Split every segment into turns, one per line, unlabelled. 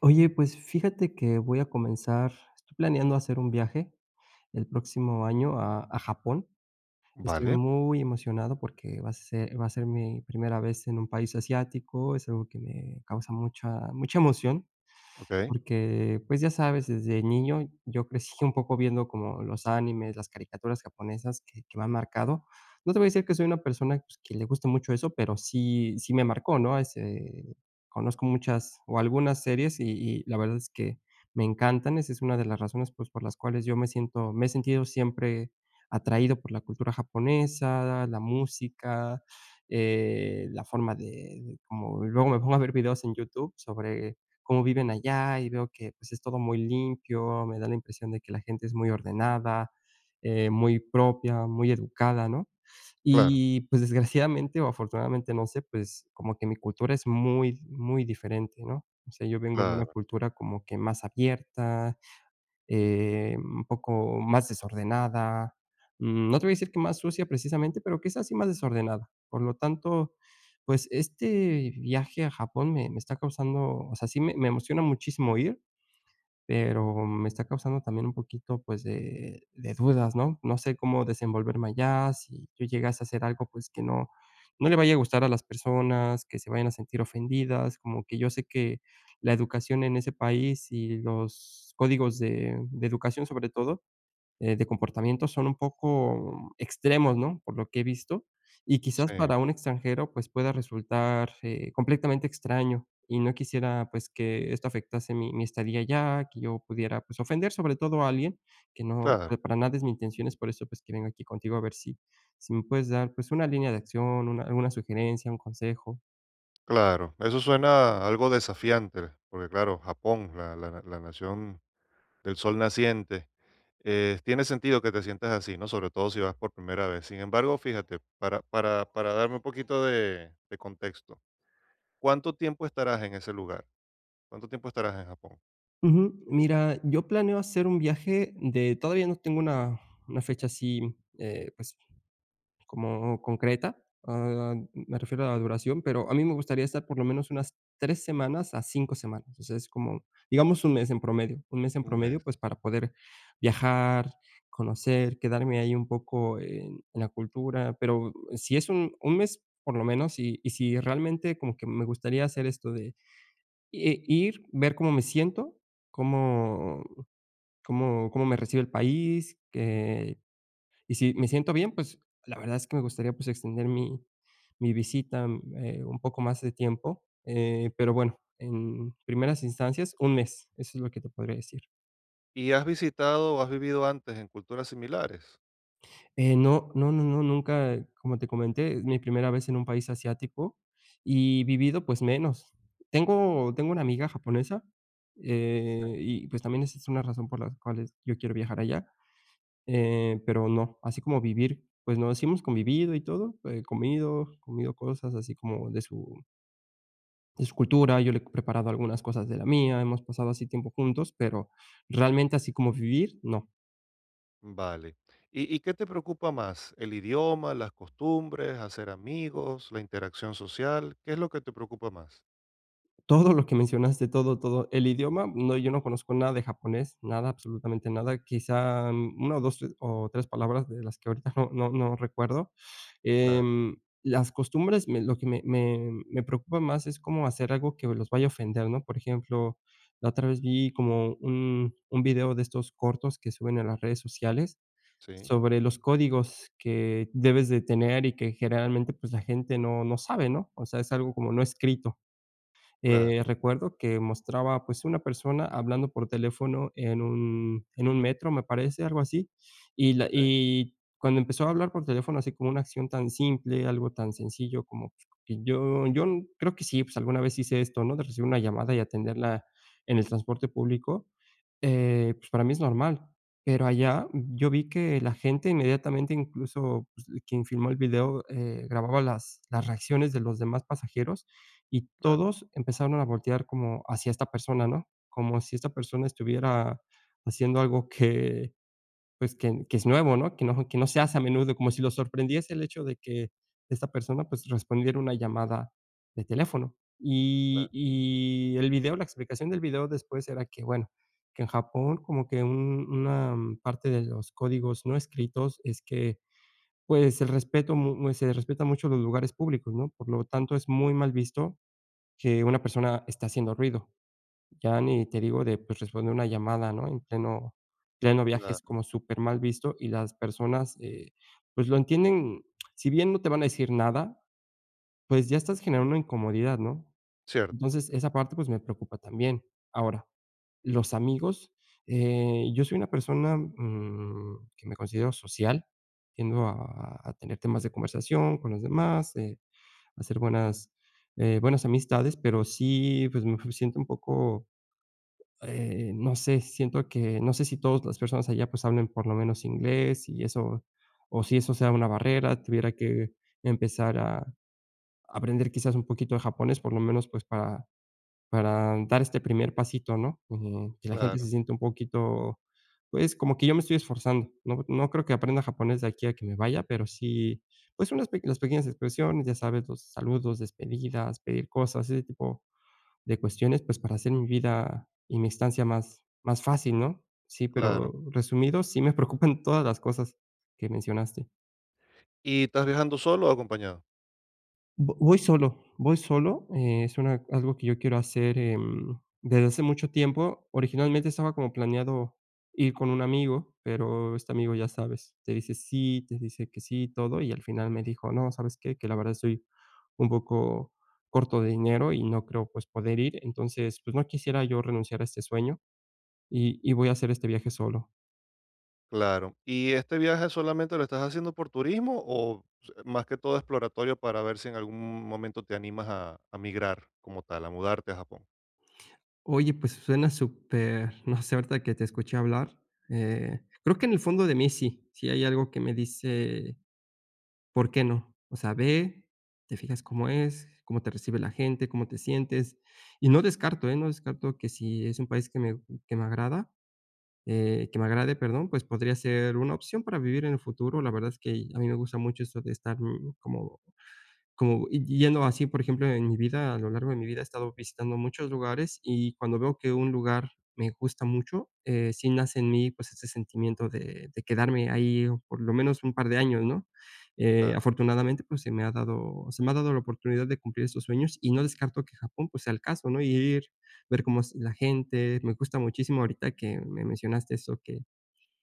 Oye, pues fíjate que voy a comenzar, estoy planeando hacer un viaje el próximo año a Japón. Estoy
Vale,
muy emocionado porque va a ser mi primera vez en un país asiático, es algo que me causa mucha, mucha emoción
okey.
porque, pues, ya sabes, desde niño yo crecí un poco viendo como los animes, las caricaturas japonesas que me han marcado. No te voy a decir que soy una persona, pues, que le guste mucho eso, pero sí sí me marcó, ¿no? Ese Conozco muchas o algunas series y la verdad es que me encantan. Esa es una de las razones, pues, por las cuales yo me he sentido siempre atraído por la cultura japonesa, la música, la forma de como luego me pongo a ver videos en YouTube sobre cómo viven allá y veo que, pues, es todo muy limpio, me da la impresión de que la gente es muy ordenada, muy propia, muy educada, ¿no?
Claro,
Y, pues, desgraciadamente o afortunadamente, no sé, pues, como que mi cultura es muy, muy diferente, ¿no? O sea, yo vengo de una
claro,
cultura como que más abierta, un poco más desordenada, no te voy a decir que más sucia precisamente, pero que es así más desordenada. Por lo tanto, pues, este viaje a Japón me está causando, o sea, sí me emociona muchísimo ir, pero me está causando también un poquito, pues, de dudas, ¿no? No sé cómo desenvolverme allá, si yo llegase a hacer algo, pues, que no no le vaya a gustar a las personas, que se vayan a sentir ofendidas, como que yo sé que la educación en ese país y los códigos de educación, sobre todo, de comportamientos son un poco extremos, ¿no? Por lo que he visto, y quizás
sí,
para un extranjero, pues, pueda resultar, completamente extraño, y no quisiera, pues, que esto afectase mi estadía allá, que yo pudiera, pues, ofender, sobre todo a alguien
claro,
que para nada es mi intención, es por eso, pues, que vengo aquí contigo a ver si si me puedes dar, pues, una línea de acción, una alguna sugerencia, un consejo.
claro. Eso suena algo desafiante, porque claro, Japón, la nación del sol naciente, tiene sentido que te sientas así, ¿no? Sobre todo si vas por primera vez. Sin embargo, fíjate, para darme un poquito de contexto, ¿cuánto tiempo estarás en ese lugar? ¿Cuánto tiempo estarás en Japón?
Ujú. Mira, yo planeo hacer un viaje de todavía no tengo una fecha así, pues como concreta, ah, me refiero a la duración, pero a mí me gustaría estar por lo menos unas 3 semanas a 5 semanas. O sea, es como, digamos, un mes en promedio, un mes en
Un
promedio,
mes.
pues, para poder viajar, conocer, quedarme ahí un poco en la cultura, pero si es un mes por lo menos, y si realmente como que me gustaría hacer esto de, ir, ver cómo me siento, cómo cómo me recibe el país, que y si me siento bien, pues, la verdad es que me gustaría, pues, extender mi visita, un poco más de tiempo, pero bueno, en primeras instancias, un mes, eso es lo que te podría decir.
¿Y has visitado o has vivido antes en culturas similares?
No, no, no, no, nunca, como te comenté, es mi primera vez en un país asiático y vivido, pues, menos. Tengo una amiga japonesa, y, pues, también esa es una razón por las cuales yo quiero viajar allá. Pero no, así como vivir, pues no, sí hemos convivido y todo, comido cosas así como de su cultura, yo le he preparado algunas cosas de la mía, hemos pasado así tiempo juntos, pero realmente así como vivir, no.
Vale. Y qué te preocupa más? ¿El idioma, las costumbres, hacer amigos, la interacción social? ¿Qué es lo que te preocupa más?
Todo lo que mencionaste, todo, todo. El idioma, no, yo no conozco nada de japonés, nada, absolutamente nada. Quizá, una o dos o 3 palabras de las que ahorita no recuerdo.
Claro,
Em, las costumbres, me lo que me preocupa más es cómo hacer algo que los vaya a ofender, ¿no? Por ejemplo, la otra vez vi como un video de estos cortos que suben a las redes sociales
sí,
sobre los códigos que debes de tener y que generalmente, pues, la gente no sabe, ¿no? O sea, es algo como no escrito.
claro,
Recuerdo que mostraba, pues, una persona hablando por teléfono en un metro, me parece, algo así,
ok,
y cuando empezó a hablar por teléfono, así como una acción tan simple, algo tan sencillo como que yo creo que sí, pues, alguna vez hice esto, ¿no?, de recibir una llamada y atenderla en el transporte público, pues, para mí es normal, pero allá yo vi que la gente inmediatamente, incluso, pues, quien filmó el video, grababa las reacciones de los demás pasajeros y
claro,
todos empezaron a voltear como hacia esta persona, ¿no? Como si esta persona estuviera haciendo algo que, pues, que es nuevo, ¿no? Que no se hace a menudo, como si los sorprendiese el hecho de que esta persona, pues, respondiera una llamada de teléfono.
claro,
Y el video, la explicación del video después era que, bueno, que en Japón como que un una parte de los códigos no escritos es que, pues, el respeto se respeta mucho los lugares públicos, ¿no? Por lo tanto, es muy mal visto que una persona está haciendo ruido. Ya ni te digo de, pues, responder una llamada, ¿no? En pleno viaje es
claro,
como súper mal visto y las personas, pues, lo entienden, si bien no te van a decir nada, pues, ya estás generando una incomodidad, ¿no?
cierto,
Entonces, esa parte, pues, me preocupa también. Ahora, los amigos, yo soy una persona, que me considero social, tiendo a tener temas de conversación con los demás, hacer buenas amistades, pero sí, pues, me siento un poco, no sé, siento que no sé si todas las personas allá, pues, hablen por lo menos inglés y eso, o si eso sea una barrera, tuviera que empezar a aprender quizás un poquito de japonés, por lo menos, pues, para dar este primer pasito, ¿no? Que la gente se
claro,
sienta un poquito, pues, como que yo me estoy esforzando. No creo que aprenda japonés de aquí a que me vaya, pero sí, pues, unas pe las pequeñas expresiones, ya sabes, los saludos, despedidas, pedir cosas, ese tipo de cuestiones, pues, para hacer mi vida y mi estancia más fácil, ¿no? Sí,
claro.
pero resumido, sí me preocupan todas las cosas que mencionaste.
¿Y estás viajando solo o acompañado?
Vo voy solo, es una algo que yo quiero hacer, desde hace mucho tiempo. Originalmente estaba como planeado ir con un amigo, pero este amigo, ya sabes, te dice sí, te dice que sí, todo, y al final me dijo: "No, ¿sabes qué? Que la verdad estoy un poco corto de dinero y no creo, pues, poder ir". Entonces, pues, no quisiera yo renunciar a este sueño y voy a hacer este viaje solo.
Claro. ¿Y este viaje solamente lo estás haciendo por turismo o s- más que todo exploratorio para ver si en algún momento te animas a migrar como tal, a mudarte a Japón?
Oye, pues suena súper, no sé, ahorita que te escuché hablar, creo que en el fondo de mí sí, sí hay algo que me dice, ¿por qué no? O sea, ve, te fijas cómo es, cómo te recibe la gente, cómo te sientes. Y no descarto, ¿eh? No descarto que si es un país que me agrada, que me agrade, perdón, pues podría ser una opción para vivir en el futuro. La verdad es que a mí me gusta mucho esto de estar como y yendo así, por ejemplo, en mi vida, a lo largo de mi vida he estado visitando muchos lugares y cuando veo que un lugar me gusta mucho, sí nace en mí, pues, ese sentimiento de quedarme ahí por lo menos un par de años, ¿no?
Claro.
Afortunadamente, pues, se me ha dado la oportunidad de cumplir esos sueños y no descarto que Japón, pues, sea el caso, ¿no? Y ir, ver cómo es la gente. Me gusta muchísimo ahorita que me mencionaste eso que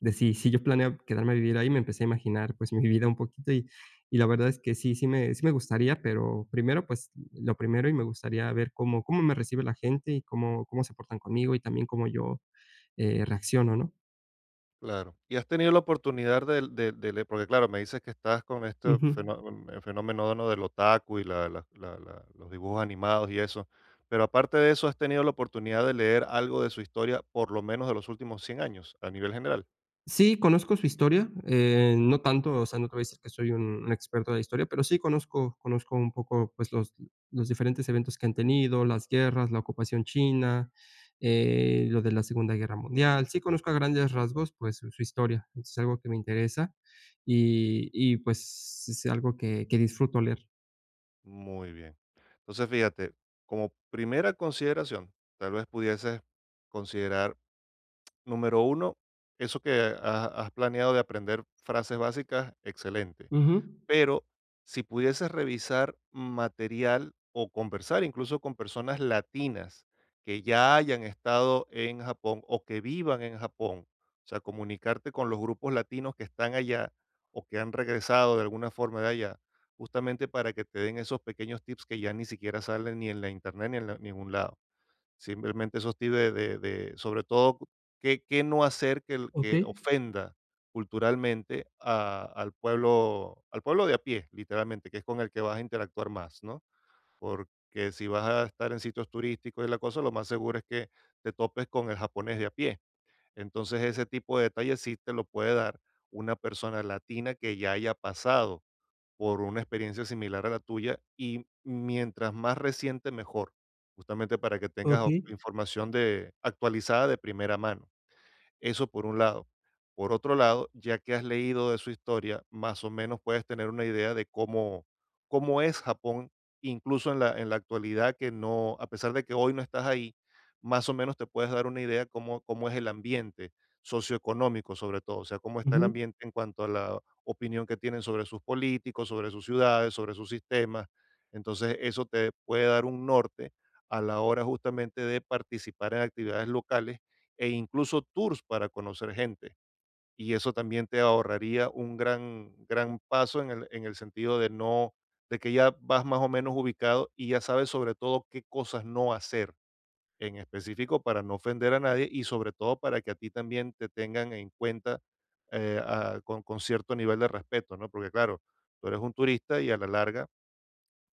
de si si yo planeo quedarme a vivir ahí, me empecé a imaginar, pues, mi vida un poquito y la verdad es que sí, sí me gustaría, pero lo primero y me gustaría ver cómo me recibe la gente y cómo se portan conmigo y también cómo yo, reacciono, ¿no?
Claro. ¿Y has tenido la oportunidad de de le porque claro, me dices que estás con este
Ujú.
fenó mm, el fenómeno, ¿no?, del otaku y la los dibujos animados y eso, pero aparte de eso, ¿has tenido la oportunidad de leer algo de su historia, por lo menos de los últimos 100 años, a nivel general?
Sí, conozco su historia, no tanto, o sea, no te voy a decir que soy un experto de la historia, pero sí conozco, un poco pues, los diferentes eventos que han tenido, las guerras, la ocupación china, lo de la Segunda Guerra Mundial. Sí conozco a grandes rasgos pues, su historia, es algo que me interesa y, pues es algo que disfruto leer.
Muy bien. Entonces, fíjate, como primera consideración, tal vez pudieses considerar, número uno, eso que has planeado de aprender frases básicas, excelente.
Ujú,
Pero si pudieses revisar material o conversar incluso con personas latinas que ya hayan estado en Japón o que vivan en Japón, o sea, comunicarte con los grupos latinos que están allá o que han regresado de alguna forma de allá, justamente para que te den esos pequeños tips que ya ni siquiera salen ni en la internet ni en la- ningún lado. Simplemente esos tips de sobre todo, qué no hacer que el
ok,
que ofenda culturalmente a al pueblo de a pie, literalmente, que es con el que vas a interactuar más, ¿no? Porque si vas a estar en sitios turísticos y la cosa, lo más seguro es que te topes con el japonés de a pie. Entonces, ese tipo de detalles sí te lo puede dar una persona latina que ya haya pasado por una experiencia similar a la tuya y mientras más reciente mejor, justamente para que tengas
ok,
o- información de actualizada de primera mano. Eso por un lado. Por otro lado, ya que has leído de su historia, más o menos puedes tener una idea de cómo, cómo es Japón, incluso en la actualidad, que no, a pesar de que hoy no estás ahí, más o menos te puedes dar una idea cómo, cómo es el ambiente socioeconómico, sobre todo, o sea, cómo está el
ujú,
ambiente en cuanto a la opinión que tienen sobre sus políticos, sobre sus ciudades, sobre sus sistemas. Entonces, eso te puede dar un norte a la hora justamente de participar en actividades locales e incluso tours para conocer gente. Y eso también te ahorraría un gran, gran paso en el sentido de no, de que ya vas más o menos ubicado y ya sabes sobre todo qué cosas no hacer en específico para no ofender a nadie y sobre todo para que a ti también te tengan en cuenta a- con cierto nivel de respeto, ¿no? Porque claro, tú eres un turista y a la larga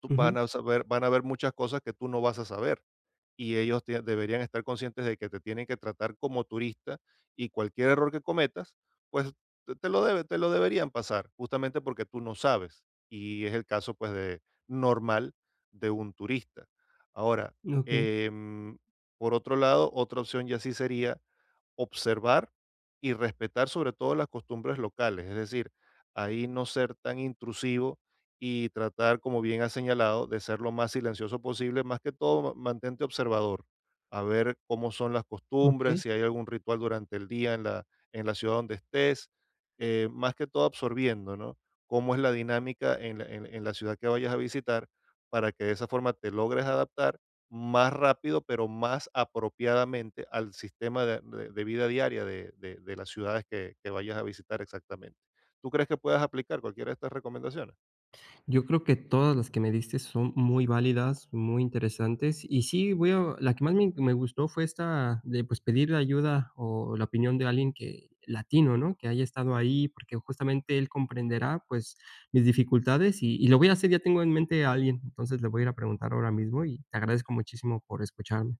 tú van
ujú,
a saber van a ver muchas cosas que tú no vas a saber, y ellos tie deberían estar conscientes de que te tienen que tratar como turista, y cualquier error que cometas, pues, te te lo debe te lo deberían pasar, justamente porque tú no sabes, y es el caso, pues, de normal de un turista. Ahora,
ok,
em, por otro lado, otra opción ya sí sería observar y respetar sobre todo las costumbres locales, es decir, ahí no ser tan intrusivo y tratar, como bien has señalado, de ser lo más silencioso posible, más que todo ma- mantente observador, a ver cómo son las costumbres,
ok.
si hay algún ritual durante el día en la ciudad donde estés, más que todo absorbiendo, ¿no? Cómo es la dinámica en la ciudad que vayas a visitar para que de esa forma te logres adaptar más rápido, pero más apropiadamente al sistema de vida diaria de las ciudades que vayas a visitar exactamente. ¿Tú crees que puedas aplicar cualquiera de estas recomendaciones?
Yo creo que todas las que me diste son muy válidas, muy interesantes. Y sí, voy a la que más me gustó fue esta de, pues, pedir ayuda o la opinión de alguien que latino, ¿no? Que haya estado ahí, porque justamente él comprenderá, pues, mis dificultades y lo voy a hacer, ya tengo en mente a alguien, entonces le voy a ir a preguntar ahora mismo y te agradezco muchísimo por escucharme.